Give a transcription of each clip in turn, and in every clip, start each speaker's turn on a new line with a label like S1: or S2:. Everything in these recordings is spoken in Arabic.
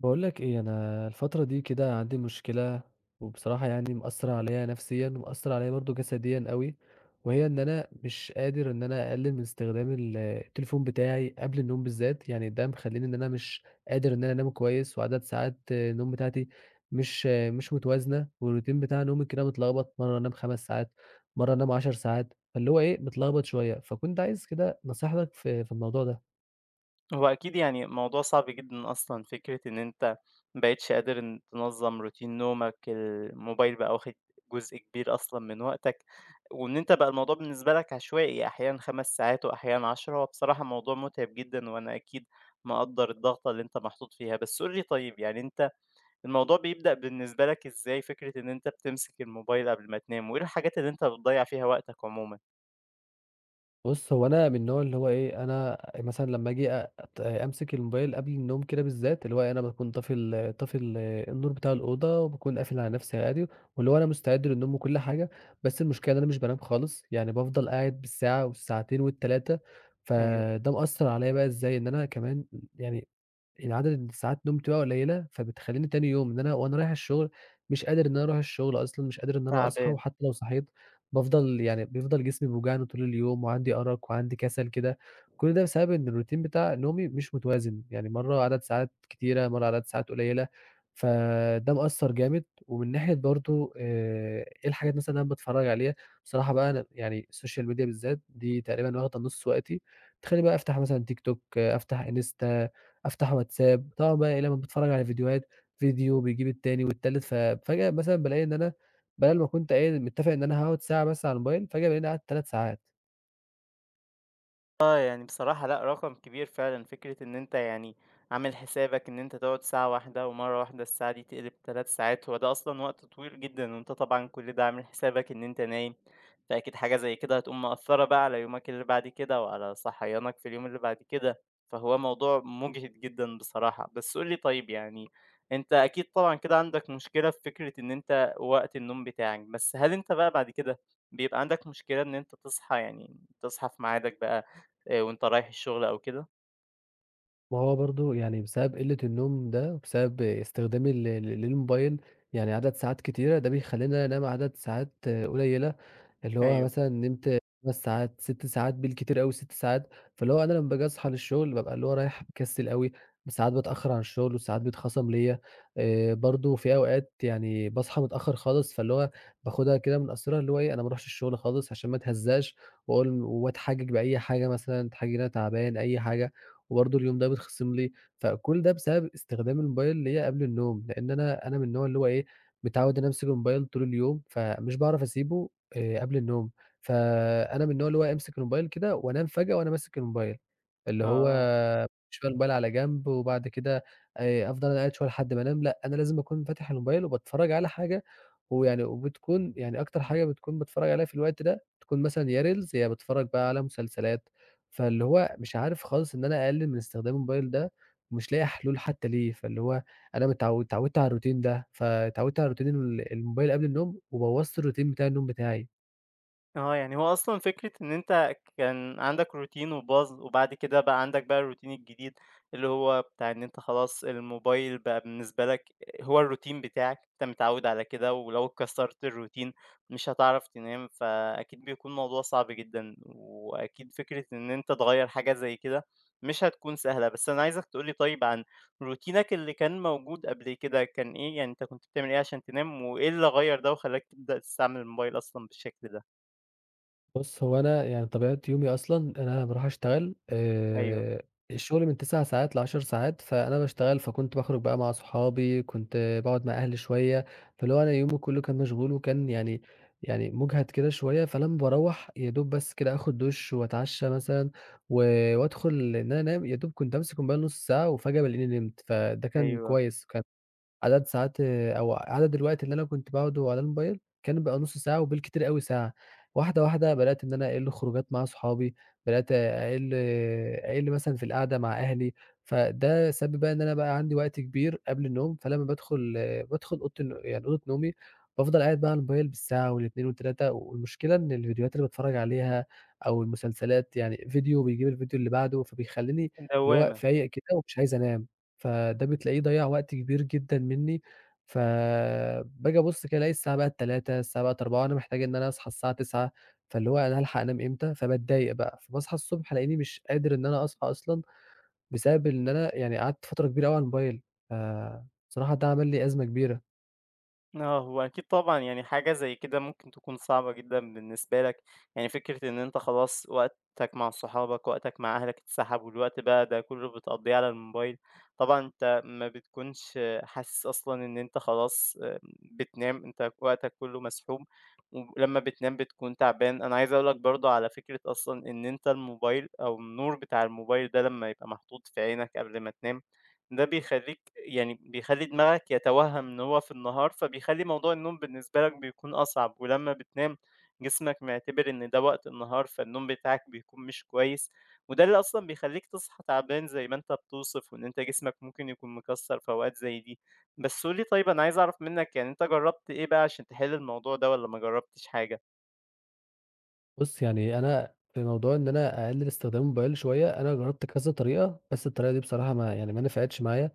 S1: باقول لك إيه، أنا الفترة دي كده عندي مشكلة، وبصراحة يعني مأثّرة عليَّ نفسيًا، ومأثّرة عليَّ برضه جسديًا أوي، وهي إن أنا مش قادر إن أنا أقلل من استخدام التليفون بتاعي قبل النوم بالذات، يعني ده مخلّيني إن أنا مش قادر إن أنا أنام كويس، وعدد ساعات النوم بتاعتي مش متوازنة، والroutine بتاع نومي كده متلخبط، مرة أنام 5 ساعات، مرة أنام 10 ساعات، فاللي هو إيه متلخبط شوية، فكنت عايز كده نصيحتك في الموضوع ده.
S2: هو أكيد يعني موضوع صعب جدًا أصلًا فكرة إن أنت ما بقيتش قادر إن تنظّم روتين نومك، الموبايل بقى واخد جزء كبير أصلًا من وقتك، وإن أنت بقى الموضوع بالنسبة لك عشوائي أحيانًا 5 ساعات وأحيانًا 10 هو بصراحة موضوع مُتعب جدًا، وأنا أكيد مقدّر الضغطة اللي أنت محطوط فيها. بس قُل لي طيب يعني أنت الموضوع بيبدأ بالنسبة لك إزاي فكرة إن أنت بتمسك الموبايل قبل ما تنام، وإيه الحاجات اللي أنت بتضيّع فيها وقتك عمومًا؟
S1: بُص، هو أنا من النوع اللي هو إيه، أنا مثلًا لمّا آجي أ أت أمسك الموبايل قبل النوم كده بالذات، اللي هو أنا باكون طافي ال النور بتاع الأوضة وباكون قافل على نفسي عادي، واللي هو أنا مستعد للنوم وكل حاجة، بس المشكلة إن أنا مش بانام خالص، يعني بافضل قاعد بالساعة والساعتين وال3،
S2: أيوه،
S1: فده مأثّر عليّا بقى إزاي، إن أنا كمان يعني العدد اللي ساعات نومتي بقى قليلة، فبتخلّيني تاني يوم إن أنا وأنا رايح الشغل مش قادر إن أنا أروح الشغل أصلًا، مش قادر إن أنا أصحى،
S2: تعبان.
S1: وحتى لو صحيت بافضل يعني بيفضل جسمي بيوجعني طول اليوم، وعندي أرق وعندي كسل كده، كل ده بسبب إن الروتين بتاع نومي مش متوازن، يعني مرّة عدد ساعات كتيرة، مرّة عدد ساعات قليلة، فده مأثّر جامد. ومن ناحية برضه إيه الحاجات مثلًا اللي أنا باتفرّج عليها، بصراحة بقى أنا يعني السوشيال ميديا بالذات دي تقريبًا واخدة نُص وقتي، تخلّيني بقى أفتح مثلًا تيك توك، آه، أفتح إنستا أفتح واتساب، طبعًا بقى إيه لمّا باتفرّج على فيديوهات، فيديو بيجيب التاني والتالت، ففجأة مثلًا بالاقي إن أنا بدل ما كنت قايل متّفق إن أنا هاقعد ساعة بس على الموبايل، فجأة بالاقيني قعدت 3 ساعات.
S2: آه، يعني بصراحة لأ، رقم كبير فعلًا، فكرة إن أنت يعني عامل حسابك إن أنت تقعد ساعة واحدة ومرّة واحدة الساعة دي تقلب 3 ساعات، هو ده أصلًا وقت طويل جدًا، وأنت طبعًا كل ده عامل حسابك إن أنت نايم، فأكيد حاجة زي كده هتقوم مأثّرة بقى على يومك اللي بعد كده وعلى صحيانك في اليوم اللي بعد كده، فهو موضوع مُجهِد جدًا بصراحة. بس قُل لي طيب يعني أنت أكيد طبعًا كده عندك مشكلة في فكرة إن أنت وقت النوم بتاعك، بس هل أنت بقى بعد كده بيبقى عندك مشكلة إن أنت تصحى يعني تصحى في ميعادك بقى وأنت رايح الشغل أو كده؟
S1: وهو برضه يعني بسبب قلة النوم ده، وبسبب استخدامي للموبايل يعني عدد ساعات كتيرة، ده بيخلّيني أنام عدد ساعات قليلة. اللي هو
S2: أيوه،
S1: مثلًا نمت 5 ساعات، 6 ساعات بالكتير أوي 6 ساعات، فاللي هو أنا لمّا باجي أصحى للشغل بابقى اللي هو رايح مكسل أوي، ساعات باتأخّر عن الشغل وساعات بيتخصم ليّا، برضه في أوقات يعني باصحى متأخّر خالص، فاللي هو باخدها كده من قصرها اللي هو إيه، أنا ما أروحش الشغل خالص عشان ما اتهزّقش وأقول وأتحجج بأي حاجة مثلًا، أتحجج إن أنا تعبان أي حاجة، وبرضه اليوم ده بيتخصم لي، فكل ده بسبب استخدام الموبايل ليّا قبل النوم، لإن أنا من النوع اللي هو إيه، متعوّد إن أنا أمسك الموبايل طول اليوم، فمش باعرف أسيبه قبل النوم، فأنا من النوع اللي هو أمسك الموبايل كده وأنام فجأة وأنا ماسك الموبايل، اللي هو
S2: آه.
S1: شوية الموبايل على جنب وبعد كده أفضل أنا قاعد شوية لحد ما أنام، لأ، أنا لازم أكون فاتح الموبايل وباتفرّج على حاجة ويعني وبتكون يعني أكتر حاجة بتكون باتفرّج عليها في الوقت ده، تكون مثلًا يا reels يا باتفرّج بقى على مسلسلات، فاللي هو مش عارف خالص إن أنا أقلِّل من استخدام الموبايل ده ومش لاقي حلول حتى ليه، فاللي هو أنا اتعوّدت على الروتين ده، فاتعوّدت على روتين الموبايل قبل النوم وبوّظت الروتين بتاع النوم بتاعي.
S2: آه، يعني هو أصلًا فكرة إن أنت كان عندك روتين وباظ، وبعد كده بقى عندك بقى الروتين الجديد اللي هو بتاع إن أنت خلاص الموبايل بقى بالنسبة لك هو الروتين بتاعك، أنت متعود على كده ولو كسرت الروتين مش هتعرف تنام، فأكيد بيكون موضوع صعب جدًا، وأكيد فكرة إن أنت تغيّر حاجة زي كده مش هتكون سهلة. بس أنا عايزك تقول لي طيب عن روتينك اللي كان موجود قبل كده كان إيه؟ يعني أنت كنت بتعمل إيه عشان تنام، وإيه اللي غيّر ده وخلّاك تبدأ تستعمل الموبايل أصلًا بالشكل ده؟
S1: بُص، هو أنا يعني طبيعة يومي أصلًا إن أنا باروح أشتغل
S2: أيوه،
S1: آآ، الشغل من 9 ساعات لـ10 ساعات، فأنا باشتغل فكنت باخرج بقى مع صحابي، كنت باقعد مع أهلي شوية، فاللي هو أنا يومي كله كان مشغول وكان يعني يعني مُجهد كده شوية، فلمّا باروّح يا دوب بس كده آخد دُش وأتعشى مثلًا و وأدخل إن أنا أنام، يا دوب كنت أمسك الموبايل نُص ساعة وفجأة بالاقيني نمت، فده كان
S2: أيوه،
S1: كويس. عدد ساعات أو عدد الوقت اللي أنا كنت باقعده على الموبايل، كان بقى نُص ساعة وبالكتير أوي ساعة، واحدة، واحدة بدأت إن أنا أقِل خروجات مع صحابي، بدأت أقِل مثلًا في القعدة مع أهلي، فده سبب بقى إن أنا بقى عندي وقت كبير قبل النوم، فلمّا بادخل بادخل أوضة الن يعني أوضة نومي، بافضل قاعد بقى على الموبايل بالساعة وال2 وال3 والمشكلة إن الفيديوهات اللي باتفرّج عليها أو المسلسلات يعني فيديو بيجيب الفيديو اللي بعده، فبيخلّيني اللي هو
S2: دوّامة.
S1: فايق كده ومش عايز أنام. فده بتلاقيه ضيّع وقت كبير جدًا منّي، فباجي أبُص كده ألاقي الساعة بقت 15:00، الساعة بقت 16:00 وأنا محتاج إن أنا أصحى الساعة 09:00 فاللي هو أنا هالحق أنام إمتى؟ فباتضايق بقى، فباصحى الصبح ألاقيني مش قادر إن أنا أصحى أصلًا، بسبب إن أنا يعني قعدت فترة كبيرة أوي على الموبايل، فبصراحة ده عمل لي أزمة كبيرة.
S2: آه، هو أكيد طبعًا يعني حاجة زي كده ممكن تكون صعبة جدًا بالنسبة لك، يعني فكرة إن أنت خلاص وقتك مع صحابك، وقتك مع أهلك اتسحب، والوقت بقى ده كلّه بتقضّيه على الموبايل، طبعًا أنت ما بتكونش حاسس أصلًا إن أنت خلاص بتنام، أنت وقتك كلّه مسحوب، ولمّا بتنام بتكون تعبان. أنا عايز أقول لك برضه على فكرة أصلًا إن أنت الموبايل أو النور بتاع الموبايل ده لمّا يبقى محطوط في عينك قبل ما تنام ده بيخلّيك يعني بيخلّي دماغك يتوهَّم إن هو في النهار، فبيخلّي موضوع النوم بالنسبة لك بيكون أصعب، ولمّا بتنام جسمك معتبر إن ده وقت النهار، فالنوم بتاعك بيكون مش كويس، وده اللي أصلًا بيخلّيك تصحى تعبان زي ما أنت بتوصف، وإن أنت جسمك ممكن يكون مكسّر في أوقات زي دي. بس قُل لي طيب أنا عايز أعرف منّك يعني أنت جرّبت إيه بقى عشان تحل الموضوع ده والّا ما جرّبتش حاجة؟
S1: بُص، يعني أنا في موضوع إن أنا أقلل استخدام الموبايل شوية، أنا جرّبت كذا طريقة، بس الطريقة دي بصراحة ما يعني ما نفعتش معايا.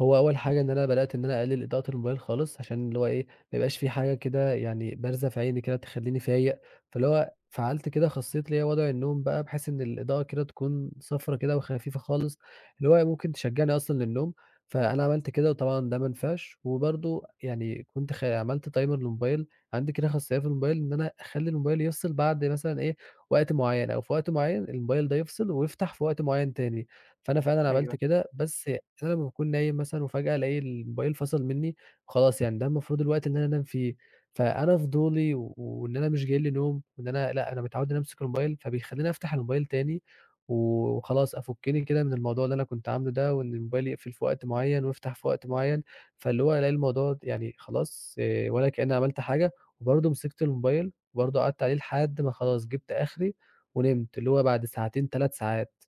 S1: هو أول حاجة إن أنا بدأت إن أنا أقلل إضاءة الموبايل خالص، عشان اللي هو إيه، ما يبقاش في حاجة كده يعني بارزة في عيني كده تخلّيني فايق، فاللي هو فعّلت كده خاصية اللي هي وضع النوم بقى، بحيث إن الإضاءة كده تكون صفرا كده وخفيفة خالص، اللي هو ممكن تشجّعني أصلًا للنوم، فأنا عملت كده وطبعًا ده ما نفعش، وبرضه يعني كنت عملت timer للموبايل، عندي كده خاصية في الموبايل إن أنا أخلّي الموبايل يفصل بعد مثلًا إيه، وقت معيّن أو في وقت معيّن الموبايل ده يفصل ويفتح في وقت معيّن تاني. فأنا فعلًا عملت
S2: أيوه.
S1: كده، بس أنا لمّا باكون نايم مثلًا وفجأة ألاقي الموبايل فصل منّي، خلاص يعني ده المفروض الوقت اللي أنا أنام فيه، فأنا فضولي وإن أنا مش جاي لي نوم، وإن أنا لأ، أنا متعوّد إن أنا أمسك الموبايل، فبيخلّيني أفتح الموبايل تاني وخلاص أفُكِّني كده من الموضوع اللي أنا كنت عامله ده، وإن الموبايل يقفل في وقت معيّن ويفتح في وقت معيّن، فاللي هو ألاقي الموضوع يعني خلاص ولا كإنّي عملت حاجة، وبرضه مسكت الموبايل وبرضه قعدت عليه لحد ما خلاص جِبت آخري ونمت، اللي هو بعد ساعتين، 3 ساعات.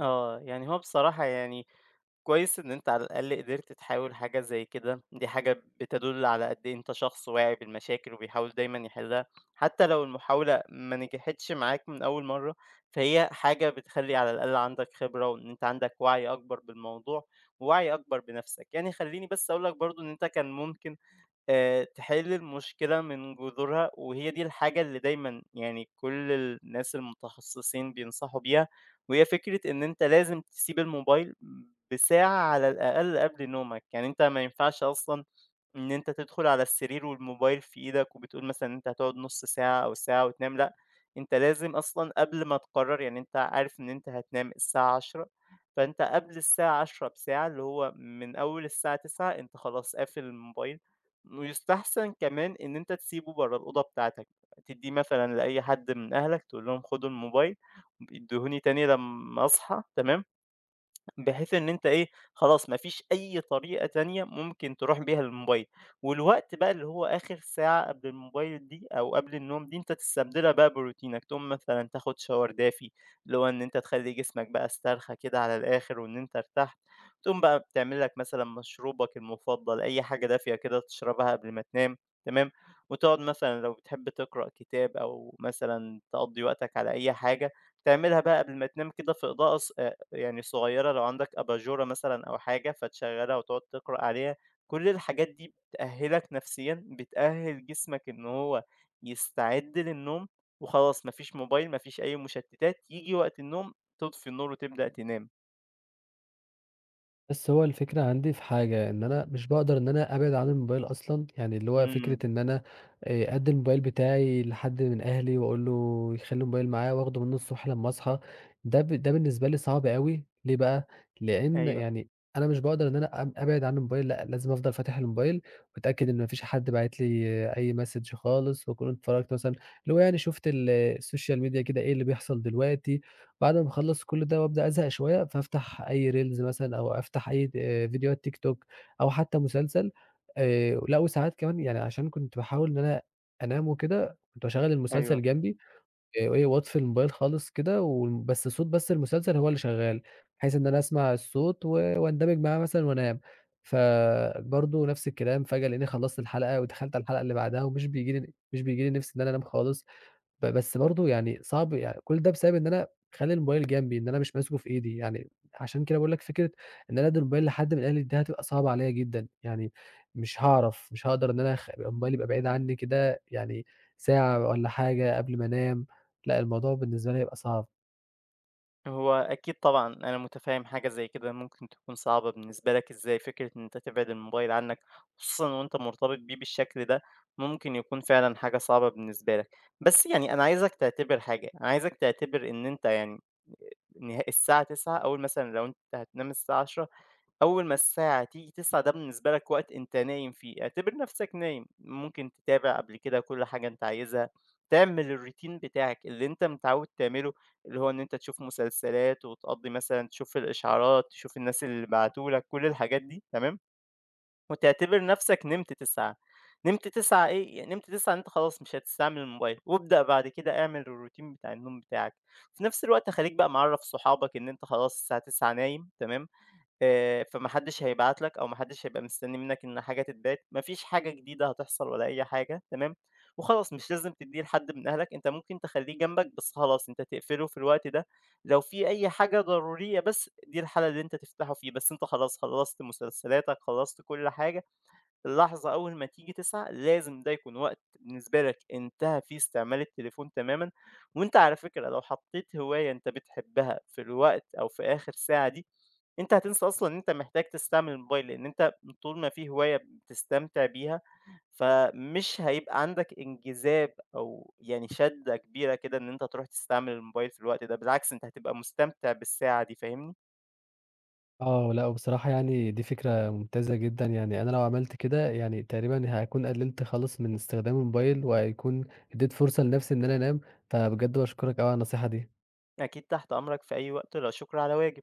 S2: آه، يعني هو بصراحة يعني كويس إن أنت على الأقل قدرت تحاول حاجة زي كده، دي حاجة بتدل على قد إيه أنت شخص واعي بالمشاكل وبيحاول دايمًا يحلها، حتى لو المحاولة ما نجحتش معاك من أول مرة، فهي حاجة بتخلّي على الأقل عندك خبرة وإن أنت عندك وعي أكبر بالموضوع، ووعي أكبر بنفسك. يعني خلّيني بس أقول لك برضه إن أنت كان ممكن تحل المشكلة من جذورها، وهي دي الحاجة اللي دايمًا يعني كل الناس المتخصصين بينصحوا بيها، وهي فكرة إن أنت لازم تسيب الموبايل بساعة على الأقل قبل نومك، يعني أنت ما ينفعش أصلًا إن أنت تدخل على السرير والموبايل في إيدك وبتقول مثلًا إن أنت هتقعد نُص ساعة أو ساعة وتنام، لأ، أنت لازم أصلًا قبل ما تقرر يعني أنت عارف إن أنت هتنام الساعة 22:00 فأنت قبل الساعة 22:00 بساعة، اللي هو من أول الساعة 21:00 أنت خلاص قافل الموبايل، ويستحسن كمان إن أنت تسيبه برّه الأوضة بتاعتك، تدّيه مثلًا لأي حد من أهلك تقول لهم خدوا الموبايل ادّوهوني تاني لمّا أصحى، تمام؟ بحيث إن أنت إيه، خلاص ما فيش أي طريقة تانية ممكن تروح بيها للموبايل، والوقت بقى اللي هو آخر ساعة قبل الموبايل دي أو قبل النوم دي أنت تستبدلها بقى بروتينك، تقوم مثلًا تاخد shower دافي، اللي هو إن أنت تخلّي جسمك بقى استرخى كده على الآخر وإن أنت ارتحت، تقوم بقى بتعمل لك مثلًا مشروبك المفضل، أي حاجة دافية كده تشربها قبل ما تنام، تمام، وتقعد مثلًا لو بتحب تقرأ كتاب أو مثلًا تقضّي وقتك على أي حاجة، تعملها بقى قبل ما تنام كده في إضاءة يعني صغيرة لو عندك أباجورة مثلًا أو حاجة فتشغّلها وتقعد تقرأ عليها، كل الحاجات دي بتأهّلك نفسيًا، بتأهّل جسمك إن هو يستعد للنوم، وخلاص ما فيش موبايل، ما فيش أي مشتتات، ييجي وقت النوم تطفي النور وتبدأ تنام.
S1: بس هو الفكرة عندي في حاجة، إن أنا مش باقدر إن أنا أبعد عن الموبايل أصلًا، يعني اللي هو فكرة
S2: إمم،
S1: إن أنا أدّي الموبايل بتاعي لحد من أهلي وأقول له يخلّي الموبايل معاه وآخده منه الصبح لمّا أصحى، ده بالنسبة لي صعب أوي، ليه بقى؟ لإن
S2: أيوه،
S1: يعني أنا مش باقدر إن أنا أبعد عن الموبايل، لأ لازم أفضل فاتح الموبايل وأتأكد إن ما فيش حد باعت لي آه، أي message خالص، وأكون اتفرّجت مثلًا اللي هو يعني شُفت السوشيال ميديا كده إيه اللي بيحصل دلوقتي. بعد ما أخلّص كل ده وأبدأ أزهق شوية، فافتح أي reels مثلًا أو أفتح أي فيديوهات تيك توك أو حتى مسلسل لأ وساعات كمان يعني عشان كنت باحاول إن أنا أنام وكده، كنت باشغّل
S2: أيوه.
S1: المسلسل جنبي وإيه وأطفي الموبايل خالص كده وم بس صوت بس المسلسل هو اللي شغّال، بحيث إن أنا أسمع الصوت واندمج معاه مثلًا وأنام. فبرضه نفس الكلام، فجأة لقيتني خلّصت الحلقة ودخلت على الحلقة اللي بعدها ومش بييجي لي مش بييجي لي نِفْس إن أنا أنام خالص. بس برضه يعني صعب يعني كل ده بسبب إن أنا خالي الموبايل جنبي، إن أنا مش ماسكه في إيدي، يعني عشان كده باقول لك فكرة إن أنا أدّي الموبايل لحد من أهلي دي هتبقى صعبة عليّا جدًا، يعني مش هاعرف، مش هاقدر إن أنا يبقى الموبايل يبقى بعيد عني كده يعني ساعة والّا حاجة قبل ما أنام، لأ الموضوع بالنسبة لي هيبقى صعب.
S2: هو أكيد طبعًا أنا متفهم حاجة زي كده ممكن تكون صعبة بالنسبة لك إزاي فكرة إن أنت تبعد الموبايل عنك، خصوصًا وأنت مرتبط بيه بالشكل ده، ممكن يكون فعلًا حاجة صعبة بالنسبة لك. بس يعني أنا عايزك تعتبر حاجة، أنا عايزك تعتبر إن أنت يعني الساعة 21:00 أول مثلًا لو أنت هتنام الساعة 22:00 أول ما الساعة تيجي 21:00 ده بالنسبة لك وقت أنت نايم فيه، اعتبر نفْسك نايم، ممكن تتابع قبل كده كل حاجة أنت عايزها، تعمل الروتين بتاعك اللي أنت متعوّد تعمله، اللي هو إن أنت تشوف مسلسلات وتقضّي مثلًا تشوف الإشعارات، تشوف الناس اللي بعتوا لك، كل الحاجات دي تمام، وتعتبر نفْسك نمت 21:00 نمت 21:00 إيه، يعني نمت 21:00 إن أنت خلاص مش هتستعمل الموبايل، وابدأ بعد كده اعمل الروتين بتاع النوم بتاعك، في نفْس الوقت خلّيك بقى معرّف صحابك إن أنت خلاص الساعة 21:00 نايم تمام، فما حدش هيبعت لك أو ما حدش هيبقى مستني منك إن حاجة تتبعت، ما فيش حاجة جديدة هتحصل ولا أي حاجة، تمام، وخلاص مش لازم تدّيه لحد من أهلك، أنت ممكن تخلّيه جنبك بس خلاص أنت تقفله في الوقت ده، لو في أي حاجة ضرورية بس دي الحالة اللي أنت تفتحه فيه، بس أنت خلاص خلّصت مسلسلاتك، خلّصت كل حاجة اللحظة أول ما تيجي تسعة لازم ده يكون وقت بالنسبة لك انتهى فيه استعمال التليفون تمامًا، وأنت على فكرة لو حطيت هواية أنت بتحبها في الوقت أو في آخر ساعة دي، أنت هتنسى أصلًا إن أنت محتاج تستعمل الموبايل، لأن أنت طول ما في هواية بتستمتع بيها، فمش هيبقى عندك انجذاب أو يعني شدة كبيرة كده إن أنت تروح تستعمل الموبايل في الوقت ده، بالعكس أنت هتبقى مستمتع بالساعة دي، فاهمني؟
S1: آه، لأ وبصراحة يعني دي فكرة ممتازة جدًا، يعني أنا لو عملت كده يعني تقريبًا هاكون قللت خالص من استخدام الموبايل، وهيكون ادّيت فرصة لنفسي إن أنا أنام، فبجد باشكرك أوي على النصيحة دي.
S2: أكيد تحت أمرك في أي وقت، لا شكر على واجب.